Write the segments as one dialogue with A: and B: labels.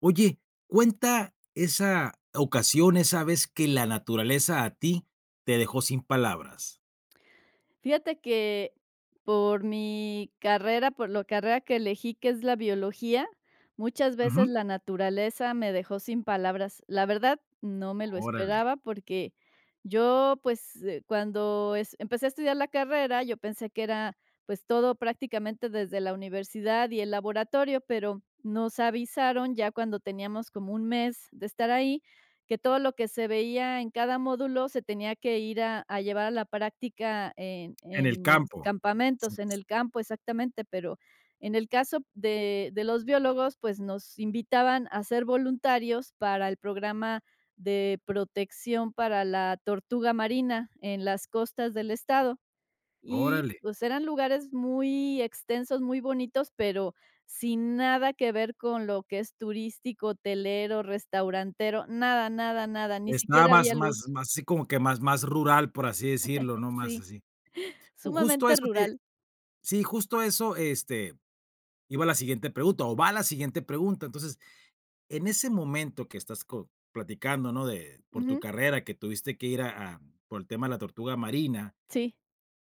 A: Oye, cuenta esa ocasión, esa vez que la naturaleza a ti te dejó sin palabras.
B: Fíjate que por mi carrera, por la carrera que elegí, que es la biología, muchas veces
A: Ujú.
B: la naturaleza me dejó sin palabras. La verdad, no me lo
A: Órale,
B: esperaba porque yo, pues, cuando empecé a estudiar la carrera, yo pensé que era pues todo prácticamente desde la universidad y el laboratorio, pero nos avisaron ya cuando teníamos como un mes de estar ahí que todo lo que se veía en cada módulo se tenía que ir a llevar a la práctica en
A: en el
B: en
A: campo. Sí,
B: campamentos, en el campo, exactamente, pero en el caso de los biólogos, pues, nos invitaban a ser voluntarios para el programa de protección para la tortuga marina en las costas del estado. Y,
A: órale.
B: pues, eran lugares muy extensos, muy bonitos, pero sin nada que ver con lo que es turístico, hotelero, restaurantero, nada, nada, nada, ni
A: Estaba
B: siquiera
A: más
B: había luz.
A: más más así como que más rural, por así decirlo, ¿no? Más
B: Sí,
A: así. Ju justo
B: sumamente
A: eso te
B: rural.
A: Sí, justo eso, iba la siguiente pregunta, o va la siguiente pregunta. Entonces, en ese momento que estás co platicando, ¿no? De por tu
B: Ujú,
A: carrera que tuviste que ir a por el tema de la tortuga marina.
B: sí,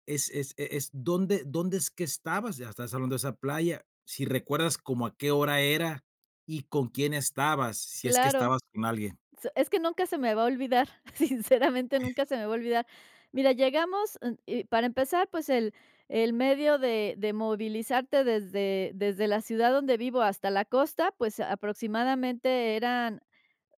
A: Es e es ¿Dónde es que estabas? Ya estás hablando de esa playa, si recuerdas como a qué hora era y con quién estabas, si es que
B: claro.
A: estabas con alguien.
B: S Es que nunca se me va a olvidar, sinceramente, nunca se me va a olvidar. Mira, llegamos, y para empezar, pues, el medio de movilizarte desde la ciudad donde vivo hasta la costa, pues, aproximadamente eran.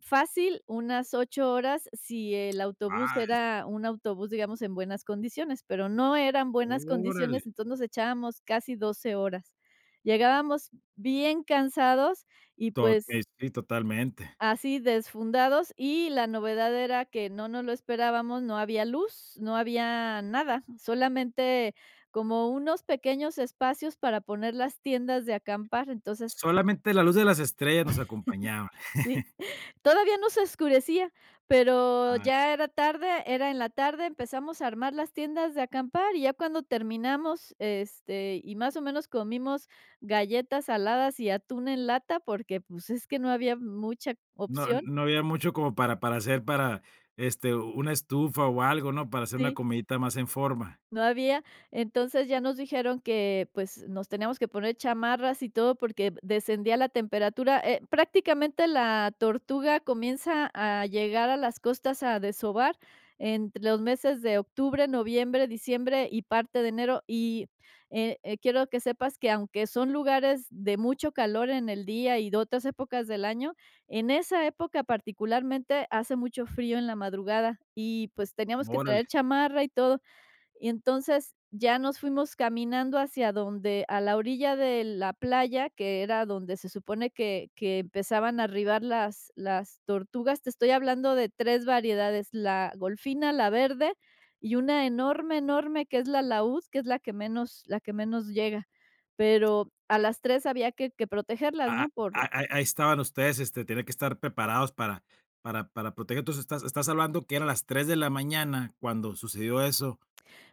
B: Fácil, unas 8 horas si el autobús
A: Ah, es
B: era un autobús, digamos, en buenas condiciones, pero no eran buenas
A: Órale.
B: condiciones, entonces nos echábamos casi 12 horas. Llegábamos bien cansados y,
A: To
B: pues,
A: Sí, totalmente.
B: así desfundados, y la novedad era que no nos lo esperábamos, no había luz, no había nada, solamente como unos pequeños espacios para poner las tiendas de acampar, entonces,
A: Solamente la luz de las estrellas nos acompañaba.
B: sí. Todavía no se oscurecía, pero
A: Ah,
B: ya era tarde, era en la tarde, empezamos a armar las tiendas de acampar y ya cuando terminamos, este, y más o menos comimos galletas saladas y atún en lata porque, pues, es que no había mucha opción.
A: no había mucho como para hacer una estufa o algo, ¿no? Para hacer una
B: Sí.
A: comidita más en forma.
B: No había. Entonces ya nos dijeron que, pues, nos teníamos que poner chamarras y todo porque descendía la temperatura. Prácticamente la tortuga comienza a llegar a las costas a desovar entre los meses de octubre, noviembre, diciembre y parte de enero. Y quiero que sepas que aunque son lugares de mucho calor en el día y de otras épocas del año, en esa época particularmente hace mucho frío en la madrugada y pues teníamos que
A: Órale.
B: traer chamarra y todo. Y entonces ya nos fuimos caminando hacia donde a la orilla de la playa, que era donde se supone que empezaban a arribar las tortugas. Te estoy hablando de 3 variedades, la golfina, la verde y una enorme, enorme, que es la laúd, que es la que menos llega. Pero a las 3 había que protegerlas,
A: Ah,
B: ¿no? Por.
A: Ahí estaban ustedes, tenían que estar preparados para proteger. Entonces, estás hablando que eran las 3 de la mañana cuando sucedió eso,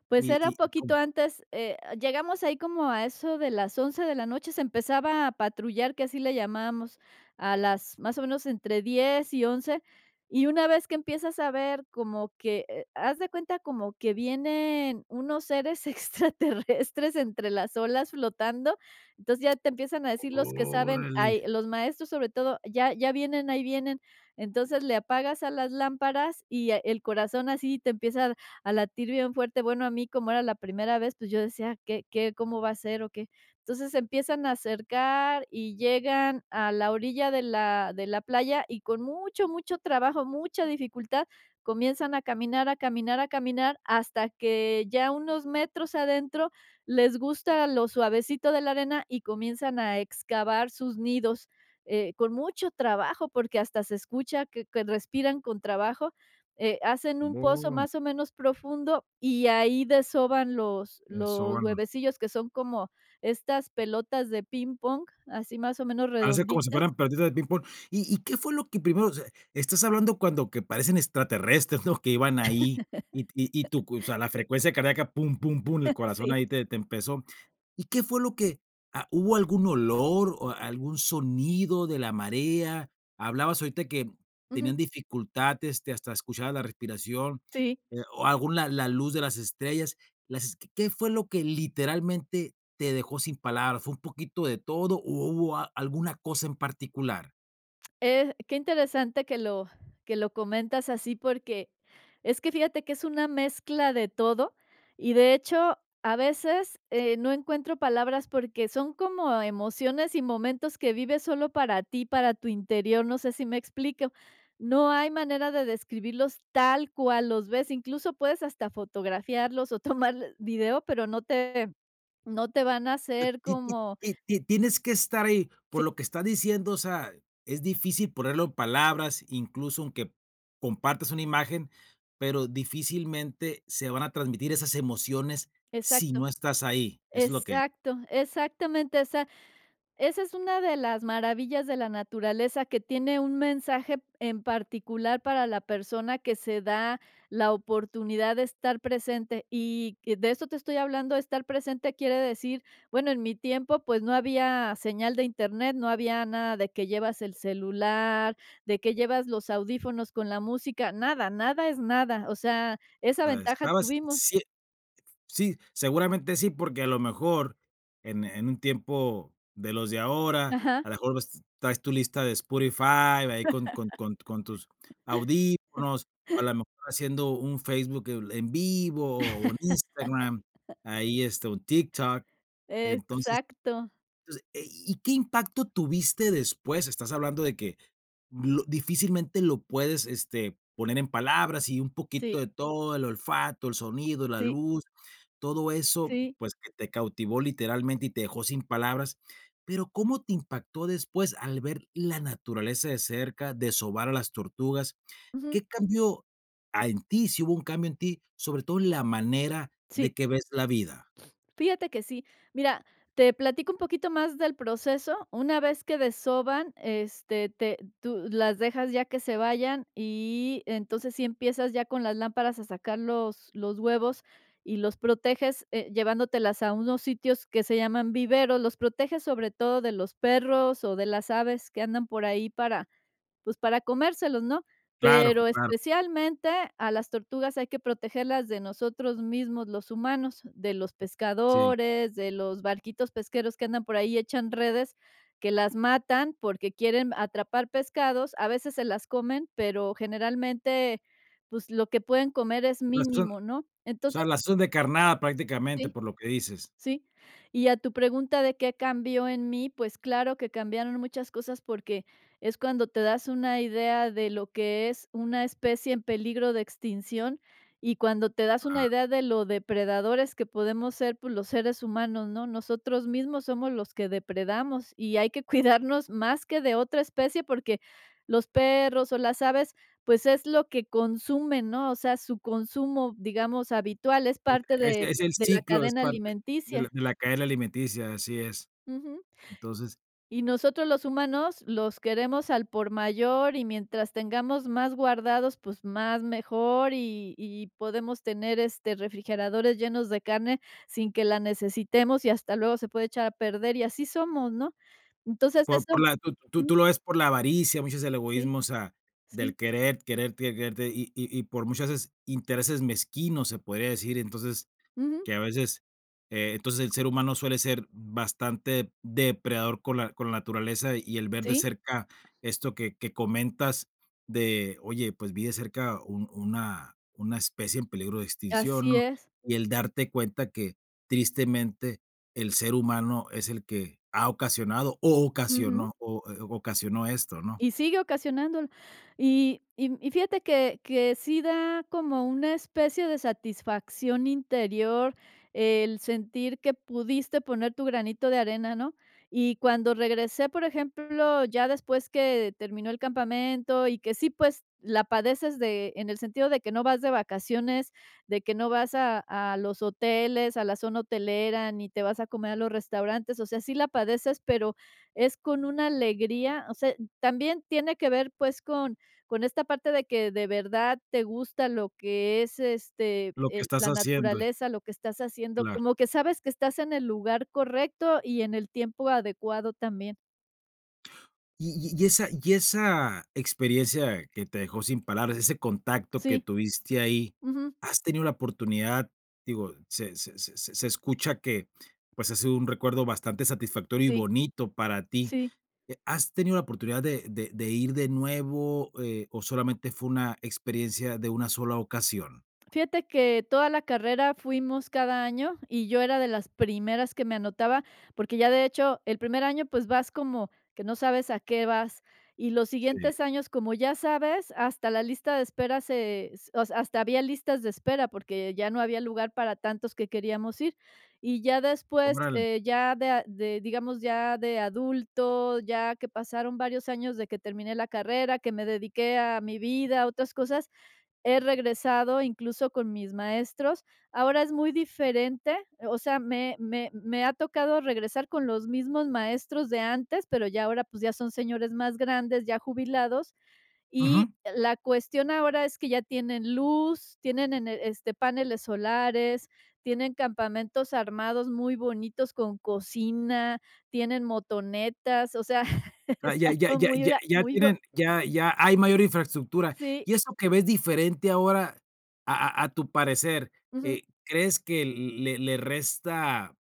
B: Pues era un
A: y
B: poquito
A: como
B: antes, llegamos ahí como a eso de las 11 de la noche, se empezaba a patrullar, que así le llamamos, a las más o menos entre 10 y 11, y una vez que empiezas a ver como que, haz de cuenta como que vienen unos seres extraterrestres entre las olas flotando, entonces ya te empiezan a decir los que saben,
A: órale,
B: ay, los maestros sobre todo, ya, ya vienen, ahí vienen, entonces le apagas a las lámparas y el corazón así te empieza a latir bien fuerte. Bueno, a mí como era la primera vez, pues yo decía, ¿qué cómo va a ser o qué? Entonces se empiezan a acercar y llegan a la orilla de la playa y con mucho, mucho trabajo, mucha dificultad, comienzan a caminar, a caminar, a caminar, hasta que ya unos metros adentro les gusta lo suavecito de la arena y comienzan a excavar sus nidos, con mucho trabajo, porque hasta se escucha que respiran con trabajo. Hacen un pozo
A: no,
B: más o menos profundo y ahí desoban los
A: eso
B: los
A: van, los
B: huevecillos, que son como estas pelotas de ping pong, así más o menos
A: parece como si fueran
B: redonditas.
A: pelotitas de ping-pong. ¿Y qué fue lo que primero? O sea, estás hablando cuando que parecen extraterrestres, ¿no? Que iban ahí y tu o sea, la frecuencia cardíaca, pum, pum, pum, el corazón
B: Sí,
A: ahí te empezó. ¿Y qué fue lo que ah, hubo algún olor o algún sonido de la marea? Hablabas ahorita que
B: ujú,
A: tenían dificultad, hasta escuchar la respiración,
B: sí.
A: o alguna la luz de las estrellas. Las es ¿qué fue lo que literalmente te dejó sin palabras? ¿Fue un poquito de todo o hubo a alguna cosa en particular?
B: Qué interesante que lo comentas así, porque es que fíjate que es una mezcla de todo y de hecho, a veces, no encuentro palabras porque son como emociones y momentos que vives solo para ti, para tu interior, no sé si me explico. No hay manera de describirlos tal cual los ves, incluso puedes hasta fotografiarlos o tomar video, pero no te van a
A: Sea,
B: hacer
A: Ti ti
B: como
A: ti ti tienes que estar ahí, por
B: sí,
A: lo que estás diciendo, o sea, es difícil ponerlo en palabras, incluso aunque compartas una imagen, pero difícilmente se van a transmitir esas emociones si
B: exacto,
A: no estás ahí. Eso es lo que,
B: exacto, exactamente, esa. Esa es una de las maravillas de la naturaleza, que tiene un mensaje en particular para la persona que se da la oportunidad de estar presente. Y que de eso te estoy hablando, estar presente quiere decir, bueno, en mi tiempo pues no había señal de internet, no había nada de que llevas el celular, de que llevas los audífonos con la música, nada, nada es nada. O sea, esa
A: o sea,
B: ventaja
A: estabas
B: tuvimos.
A: sí, sí, seguramente sí, porque a lo mejor en un tiempo de los de ahora,
B: Ajá,
A: a lo mejor ves traes tu lista de Spotify ahí con tus audífonos, o a lo mejor haciendo un Facebook en vivo o un Instagram, ahí, un TikTok. Entonces
B: exacto.
A: entonces, ¿y qué impacto tuviste después? Estás hablando de que lo difícilmente lo puedes, poner en palabras y un poquito
B: Sí,
A: de todo, el olfato, el sonido, la
B: sí,
A: luz, todo eso,
B: sí.
A: pues, que te cautivó literalmente y te dejó sin palabras. Pero, ¿cómo te impactó después al ver la naturaleza de cerca, de sobar a las tortugas?
B: Ujú.
A: ¿Qué cambió, en ti? Si hubo un cambio en ti, sobre todo en la manera
B: Sí.
A: de que ves la vida.
B: Fíjate que sí. Mira, te platico un poquito más del proceso. Una vez que desoban, este, te, tú las dejas ya que se vayan y entonces sí empiezas ya con las lámparas a sacar los huevos y los proteges llevándotelas a unos sitios que se llaman viveros. Los proteges sobre todo de los perros o de las aves que andan por ahí para pues, para comérselos, ¿no?
A: Claro,
B: Pero
A: claro,
B: especialmente a las tortugas hay que protegerlas de nosotros mismos, los humanos, de los
A: sí.
B: pescadores, de los barquitos pesqueros que andan por ahí, echan redes, que las matan porque quieren atrapar pescados, a veces se las comen, pero generalmente, pues, lo que pueden comer es mínimo, ¿no?
A: O
B: Entonces
A: sea, la haces de carnada prácticamente,
B: sí.
A: por lo que dices.
B: Sí. Y a tu pregunta de qué cambió en mí, pues claro que cambiaron muchas cosas porque es cuando te das una idea de lo que es una especie en peligro de extinción y cuando te das una
A: Ah,
B: idea de lo depredadores que podemos ser pues, los seres humanos, ¿no? Nosotros mismos somos los que depredamos y hay que cuidarnos más que de otra especie porque los perros o las aves pues es lo que consumen, ¿no? O sea, su consumo, digamos, habitual es parte
A: es el
B: de la
A: ciclo, es
B: cadena
A: parte
B: alimenticia.
A: de la cadena alimenticia, así es.
B: Ujú.
A: Entonces,
B: Y nosotros los humanos los queremos al por mayor y mientras tengamos más guardados, pues más mejor y podemos tener, este, refrigeradores llenos de carne sin que la necesitemos y hasta luego se puede echar a perder y así somos, ¿no? Entonces
A: por
B: eso.
A: la tú tú
B: mm,
A: tú lo ves por la avaricia, muchos el
B: sí,
A: egoísmo, o sea, del
B: sí,
A: querer, querer, quererte y por muchas veces intereses mezquinos, se podría decir. Entonces,
B: ujú,
A: que a veces, entonces el ser humano suele ser bastante depredador con la naturaleza y el ver de
B: sí,
A: cerca esto que comentas de, oye, pues vi de cerca un una especie en peligro de extinción,
B: así
A: ¿no?
B: es,
A: Y el darte cuenta que tristemente el ser humano es el que ha ocasionado o
B: ujú.
A: ocasionó ocasionó esto, ¿no?
B: Y sigue ocasionándolo. Y fíjate que sí da como una especie de satisfacción interior el sentir que pudiste poner tu granito de arena, ¿no? Y cuando regresé, por ejemplo, ya después que terminó el campamento y que sí, pues, la padeces de en el sentido de que no vas de vacaciones, de que no vas a los hoteles, a la zona hotelera, ni te vas a comer a los restaurantes, o sea, sí la padeces, pero es con una alegría, o sea, también tiene que ver, pues, con esta parte de que de verdad te gusta lo que es, este,
A: Lo que
B: el
A: estás
B: la
A: haciendo,
B: naturaleza, lo que estás haciendo,
A: claro.
B: como que sabes que estás en el lugar correcto y en el tiempo adecuado también.
A: Y esa experiencia que te dejó sin palabras, ese contacto que
B: Sí,
A: tuviste ahí,
B: ujú,
A: ¿has tenido la oportunidad? Digo, se escucha que, pues, ha sido un recuerdo bastante satisfactorio y
B: sí,
A: bonito para ti,
B: sí.
A: ¿has tenido la oportunidad de de ir de nuevo, o solamente fue una experiencia de una sola ocasión?
B: Fíjate que toda la carrera fuimos cada año y yo era de las primeras que me anotaba, porque ya de hecho el primer año pues vas como que no sabes a qué vas y los
A: Sí,
B: siguientes años como ya sabes, hasta la lista de espera se, o sea, hasta había listas de espera porque ya no había lugar para tantos que queríamos ir y ya después,
A: órale.
B: ya de, de, digamos ya de adulto, ya que pasaron varios años de que terminé la carrera, que me dediqué a mi vida, a otras cosas. He regresado incluso con mis maestros. Ahora es muy diferente, o sea, me ha tocado regresar con los mismos maestros de antes, pero ya ahora, pues, ya son señores más grandes, ya jubilados. Y la cuestión ahora es que ya tienen luz, tienen en este, paneles solares, tienen campamentos armados muy bonitos con cocina, tienen motonetas, o sea,
A: Ah, ya
B: está
A: ya
B: todo
A: ya ya
B: muy ah,
A: ya
B: muy bo.
A: tienen, ya hay mayor infraestructura.
B: Sí,
A: Y eso que ves diferente ahora, a tu parecer,
B: ujú,
A: ¿crees que le resta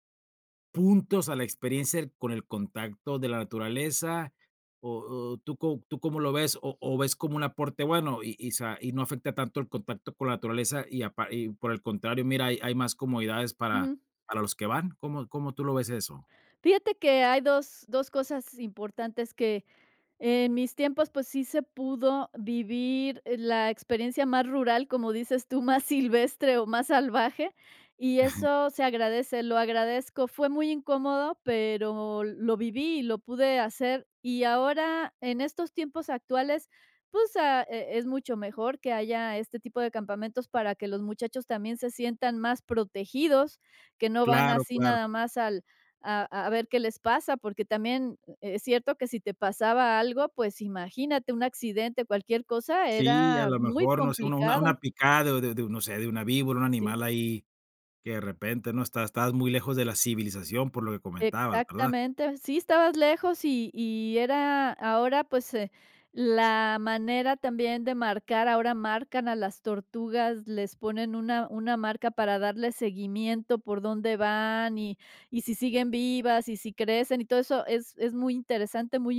A: puntos a la experiencia el con el contacto de la naturaleza? O tú co, tú cómo lo ves? O ves como un aporte bueno y no afecta tanto el contacto con la naturaleza y por el contrario, mira, hay más comodidades
B: ujú.
A: para los que van? ¿Cómo tú lo ves eso?
B: Fíjate que hay dos cosas importantes que en mis tiempos, pues sí se pudo vivir la experiencia más rural, como dices tú, más silvestre o más salvaje, y eso se agradece, lo agradezco. Fue muy incómodo, pero lo viví y lo pude hacer. Y ahora, en estos tiempos actuales, pues ah, es mucho mejor que haya este tipo de campamentos para que los muchachos también se sientan más protegidos, que no van
A: Claro,
B: así
A: claro.
B: nada más al... A, a ver qué les pasa, porque también es cierto que si te pasaba algo, pues imagínate, un accidente, cualquier cosa,
A: Sí, a
B: era
A: lo
B: muy
A: mejor, no sé, una
B: complicado,
A: una picada de no sé, de una víbora, un
B: sí.
A: animal ahí que de repente, ¿no? Estás muy lejos de la civilización por lo que comentabas, ¿verdad?
B: Exactamente, sí estabas lejos y era ahora, pues, la manera también de marcar, ahora marcan a las tortugas, les ponen una marca para darle seguimiento por dónde van y si siguen vivas y si crecen y todo eso es muy interesante, muy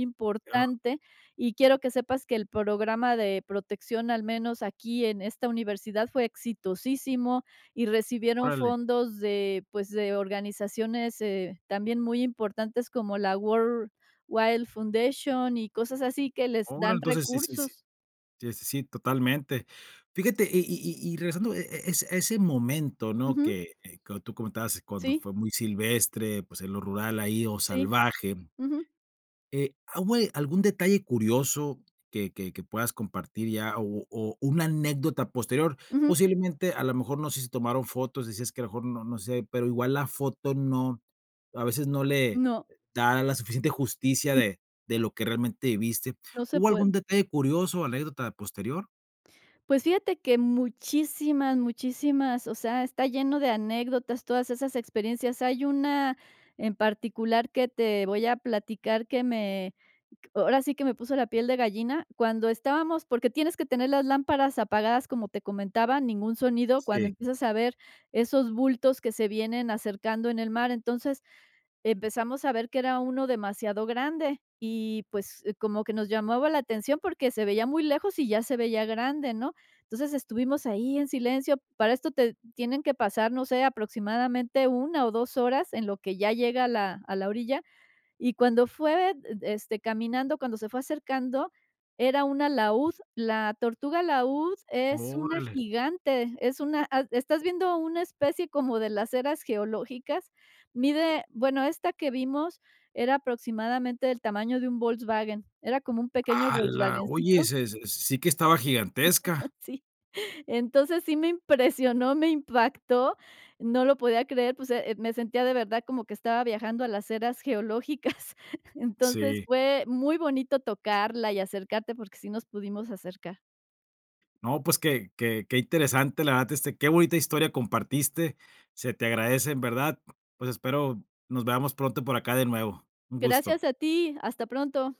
A: Ah,
B: importante, y quiero que sepas que el programa de protección, al menos aquí en esta universidad, fue exitosísimo y recibieron
A: órale,
B: fondos de, pues, de organizaciones, también muy importantes como la World Wide Foundation y cosas así que les
A: órale,
B: dan
A: entonces sí, sí, sí,
B: recursos.
A: sí, sí, sí, totalmente. Fíjate, y regresando, a ese momento, ¿no?
B: Ujú,
A: Que tú comentabas cuando
B: sí,
A: fue muy silvestre, pues, en lo rural ahí o
B: sí,
A: salvaje.
B: ujú,
A: ¿Hubo algún detalle curioso que puedas compartir ya o una anécdota posterior?
B: ujú.
A: Posiblemente, a lo mejor, no sé si tomaron fotos, decías que a lo mejor no sé, pero igual la foto no, a veces no le
B: No,
A: da la suficiente justicia de lo que realmente viviste.
B: no se
A: ¿Hubo algún
B: puede.
A: detalle curioso o anécdota posterior?
B: Pues fíjate que muchísimas, muchísimas, o sea, está lleno de anécdotas, todas esas experiencias. Hay una en particular que te voy a platicar que me. Ahora sí que me puso la piel de gallina cuando estábamos porque tienes que tener las lámparas apagadas, como te comentaba, ningún sonido cuando
A: Sí,
B: empiezas a ver esos bultos que se vienen acercando en el mar. Entonces, empezamos a ver que era uno demasiado grande y, pues, como que nos llamaba la atención porque se veía muy lejos y ya se veía grande, ¿no? Entonces, estuvimos ahí en silencio. Para esto te tienen que pasar, no sé, aproximadamente una o 2 horas en lo que ya llega a la orilla y cuando fue, este, caminando, cuando se fue acercando, era un alaúd. La tortuga alaúd es una
A: órale.
B: gigante, es una ah, estás viendo una especie como de las eras geológicas. Mide, bueno, esta que vimos era aproximadamente del tamaño de un Volkswagen, era como un pequeño
A: ¡Hala! Oye,
B: Volkswagencito,
A: se sí que estaba gigantesca.
B: sí. Entonces, sí me impresionó, me impactó, no lo podía creer, pues, me sentía de verdad como que estaba viajando a las eras geológicas. Entonces,
A: Sí.
B: fue muy bonito tocarla y acercarte, porque sí nos pudimos acercar.
A: No, pues qué qué interesante, la verdad, este, qué bonita historia compartiste. Se te agradece, en verdad. Pues espero nos veamos pronto por acá de nuevo. Un gusto.
B: Gracias a ti, hasta pronto.